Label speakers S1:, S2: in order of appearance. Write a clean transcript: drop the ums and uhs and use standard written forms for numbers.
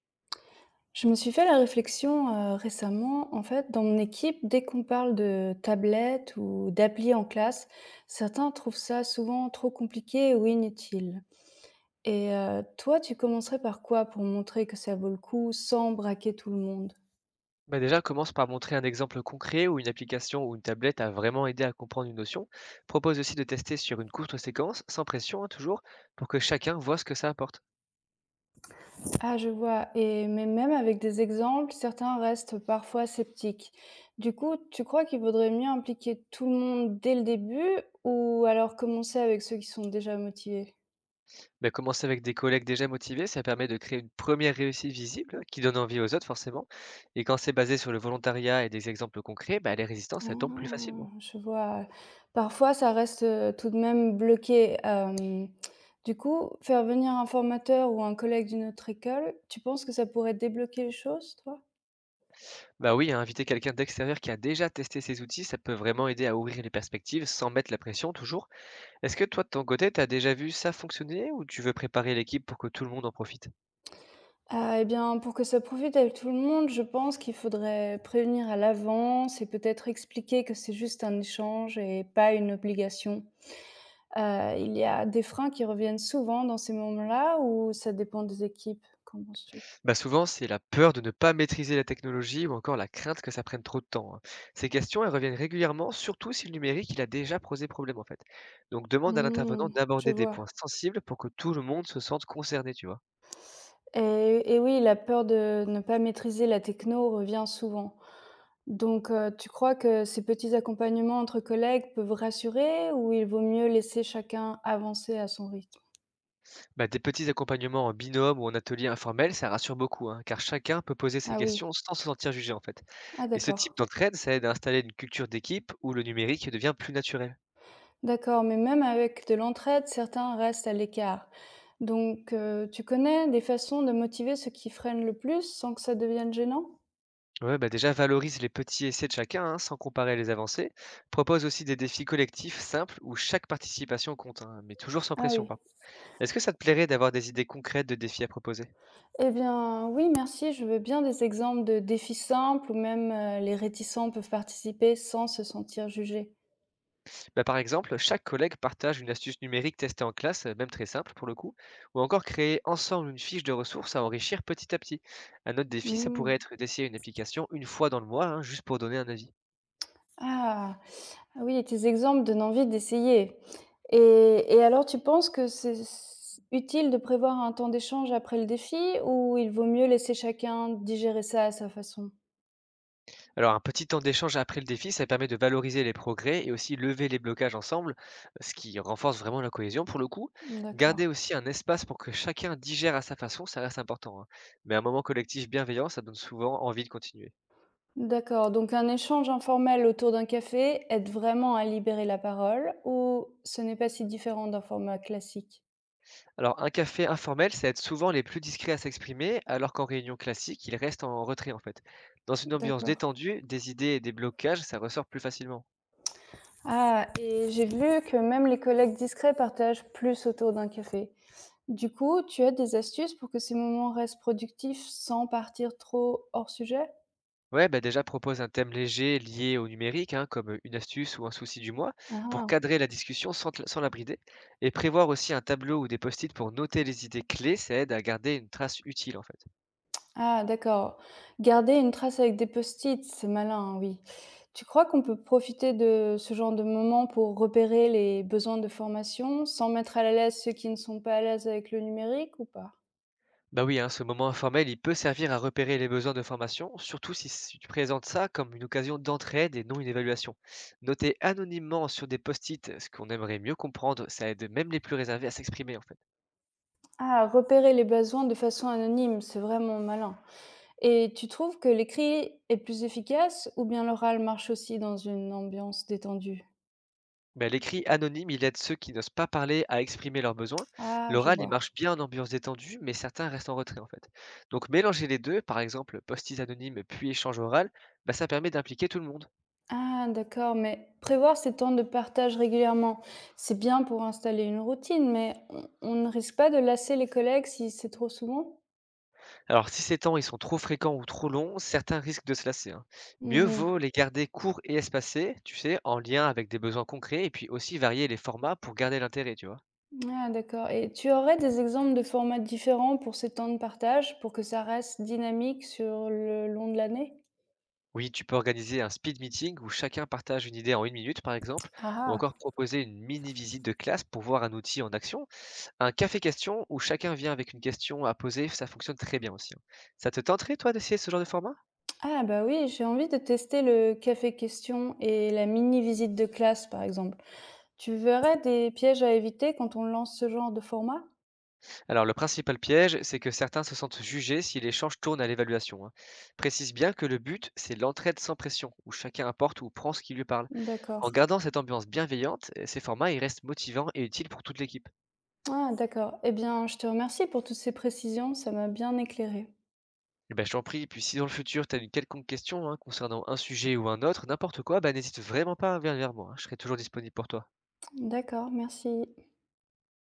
S1: Je me suis fait la réflexion, récemment, en fait, dans mon équipe, dès qu'on parle de tablettes ou d'applis en classe, certains trouvent ça souvent trop compliqué ou inutile. Et toi, tu commencerais par quoi pour montrer que ça vaut le coup sans braquer tout le monde?
S2: Bah, déjà, commence par montrer un exemple concret où une application ou une tablette a vraiment aidé à comprendre une notion. Propose aussi de tester sur une courte séquence, sans pression, hein, toujours, pour que chacun voit ce que ça apporte.
S1: Ah, je vois et mais même avec des exemples, certains restent parfois sceptiques. Du coup, tu crois qu'il vaudrait mieux impliquer tout le monde dès le début ou alors commencer avec ceux qui sont déjà motivés?
S2: Mais commencer avec des collègues déjà motivés, ça permet de créer une première réussite visible hein, qui donne envie aux autres, forcément. Et quand c'est basé sur le volontariat et des exemples concrets, bah, les résistances,
S1: Ah,
S2: elles tombent plus facilement.
S1: je vois. Parfois, ça reste, tout de même bloqué. Du coup, faire venir un formateur ou un collègue d'une autre école, tu penses que ça pourrait débloquer les choses, toi?
S2: Bah oui, hein, inviter quelqu'un d'extérieur qui a déjà testé ces outils, ça peut vraiment aider à ouvrir les perspectives sans mettre la pression, toujours. Est-ce que toi, de ton côté, t'as déjà vu ça fonctionner ou tu veux préparer l'équipe pour que tout le monde en profite?
S1: Ah et bien, pour que ça profite à tout le monde, je pense qu'il faudrait prévenir à l'avance et peut-être expliquer que c'est juste un échange et pas une obligation. Il y a des freins qui reviennent souvent dans ces moments-là ou ça dépend des équipes? Qu'en penses-tu?
S2: Bah souvent, c'est la peur de ne pas maîtriser la technologie ou encore la crainte que ça prenne trop de temps, hein. Ces questions, elles reviennent régulièrement, surtout si le numérique, il a déjà posé problème en fait. Donc demande à l'intervenant
S1: Mmh, je
S2: d'aborder des
S1: vois
S2: points sensibles pour que tout le monde se sente concerné, tu vois.
S1: et oui, la peur de ne pas maîtriser la techno revient souvent. Donc tu crois que ces petits accompagnements entre collègues peuvent rassurer ou il vaut mieux laisser chacun avancer à son rythme?
S2: Bah, des petits accompagnements en binôme ou en atelier informel, ça rassure beaucoup, hein, car chacun peut poser ses
S1: Ah oui,
S2: questions sans se sentir jugé en fait.
S1: ah
S2: Et ce type
S1: d'accord.
S2: d'entraide, ça aide à installer une culture d'équipe où le numérique devient plus naturel.
S1: D'accord, mais même avec de l'entraide, certains restent à l'écart. Donc tu connais des façons de motiver ceux qui freinent le plus sans que ça devienne gênant?
S2: Ouais, bah déjà valorise les petits essais de chacun, hein, sans comparer les avancées. Propose aussi des défis collectifs simples où chaque participation compte, hein, mais toujours sans
S1: Ah
S2: pression
S1: oui.
S2: par contre. Est-ce que ça te plairait d'avoir des idées concrètes de défis à proposer?
S1: Eh bien, oui, merci. Je veux bien des exemples de défis simples où même les réticents peuvent participer sans se sentir jugés.
S2: Bah, par exemple, chaque collègue partage une astuce numérique testée en classe, même très simple pour le coup, ou encore créer ensemble une fiche de ressources à enrichir petit à petit. Un autre défi, ça
S1: Hmm.
S2: pourrait être d'essayer une application une fois dans le mois, hein, juste pour donner un avis.
S1: Ah, ah oui, et tes exemples donnent envie d'essayer. Et alors, tu penses que utile de prévoir un temps d'échange après le défi ou il vaut mieux laisser chacun digérer ça à sa façon?
S2: Alors, un petit temps d'échange après le défi, ça permet de valoriser les progrès et aussi lever les blocages ensemble, ce qui renforce vraiment la cohésion pour le coup. Garder
S1: D'accord.
S2: aussi un espace pour que chacun digère à sa façon, ça reste important, hein. Mais un moment collectif bienveillant, ça donne souvent envie de continuer.
S1: D'accord. Donc, un échange informel autour d'un café aide vraiment à libérer la parole ou ce n'est pas si différent d'un format classique?
S2: Alors, un café informel, ça aide souvent les plus discrets à s'exprimer, alors qu'en réunion classique, ils restent en retrait en fait. Dans une ambiance
S1: D'accord.
S2: détendue, des idées et des blocages, ça ressort plus facilement.
S1: Ah, et j'ai vu que même les collègues discrets partagent plus autour d'un café. Du coup, tu as des astuces pour que ces moments restent productifs sans partir trop hors sujet?
S2: Ouais, bah déjà propose un thème léger lié au numérique, hein, comme une astuce ou un souci du mois, pour
S1: Ah,
S2: cadrer la discussion sans, sans la brider. Et prévoir aussi un tableau ou des post-it pour noter les idées clés, ça aide à garder une trace utile en fait.
S1: ah, d'accord. Garder une trace avec des post-it, c'est malin, hein, oui. Tu crois qu'on peut profiter de ce genre de moment pour repérer les besoins de formation sans mettre à l'aise ceux qui ne sont pas à l'aise avec le numérique ou pas?
S2: Bah oui, hein, ce moment informel, il peut servir à repérer les besoins de formation, surtout si tu présentes ça comme une occasion d'entraide et non une évaluation. Noter anonymement sur des post-it ce qu'on aimerait mieux comprendre, ça aide même les plus réservés à s'exprimer en fait.
S1: Ah, repérer les besoins de façon anonyme, c'est vraiment malin. Et tu trouves que l'écrit est plus efficace ou bien l'oral marche aussi dans une ambiance détendue?
S2: Bah, l'écrit anonyme, il aide ceux qui n'osent pas parler à exprimer leurs besoins.
S1: Ah, je
S2: L'oral, il
S1: vois.
S2: marche bien en ambiance détendue, mais certains restent en retrait en fait. Donc mélanger les deux, par exemple post-it anonyme puis échange oral, bah, ça permet d'impliquer tout le monde.
S1: Ah, d'accord, mais prévoir ces temps de partage régulièrement, c'est bien pour installer une routine, mais on ne risque pas de lasser les collègues si c'est trop souvent?
S2: Alors si ces temps ils sont trop fréquents ou trop longs, certains risquent de se lasser, hein. Mieux
S1: Mmh.
S2: vaut les garder courts et espacés, tu sais, en lien avec des besoins concrets, et puis aussi varier les formats pour garder l'intérêt, tu vois.
S1: Ah, d'accord et tu aurais des exemples de formats différents pour ces temps de partage, pour que ça reste dynamique sur le long de l'année?
S2: Oui, tu peux organiser un speed meeting où chacun partage une idée en 1 minute, par exemple,
S1: Ah
S2: ou encore
S1: ah.
S2: proposer une mini-visite de classe pour voir un outil en action. Un café question où chacun vient avec une question à poser, ça fonctionne très bien aussi, hein. Ça te tenterait, toi, d'essayer ce genre de format?
S1: Ah bah oui, j'ai envie de tester le café question et la mini visite de classe, par exemple. Tu verrais des pièges à éviter quand on lance ce genre de format?
S2: Alors, le principal piège, c'est que certains se sentent jugés si l'échange tourne à l'évaluation, hein. Précise bien que le but, c'est l'entraide sans pression, où chacun apporte ou prend ce qui lui parle.
S1: D'accord.
S2: En gardant cette ambiance bienveillante, eh, ces formats, ils restent motivants et utiles pour toute l'équipe.
S1: Ah d'accord. Eh bien, je te remercie pour toutes ces précisions, ça m'a bien éclairé.
S2: Eh ben, je t'en prie. Puis si dans le futur, tu as une quelconque question hein, concernant un sujet ou un autre, n'importe quoi, bah, n'hésite vraiment pas à venir vers moi, hein. Je serai toujours disponible pour toi.
S1: D'accord, merci.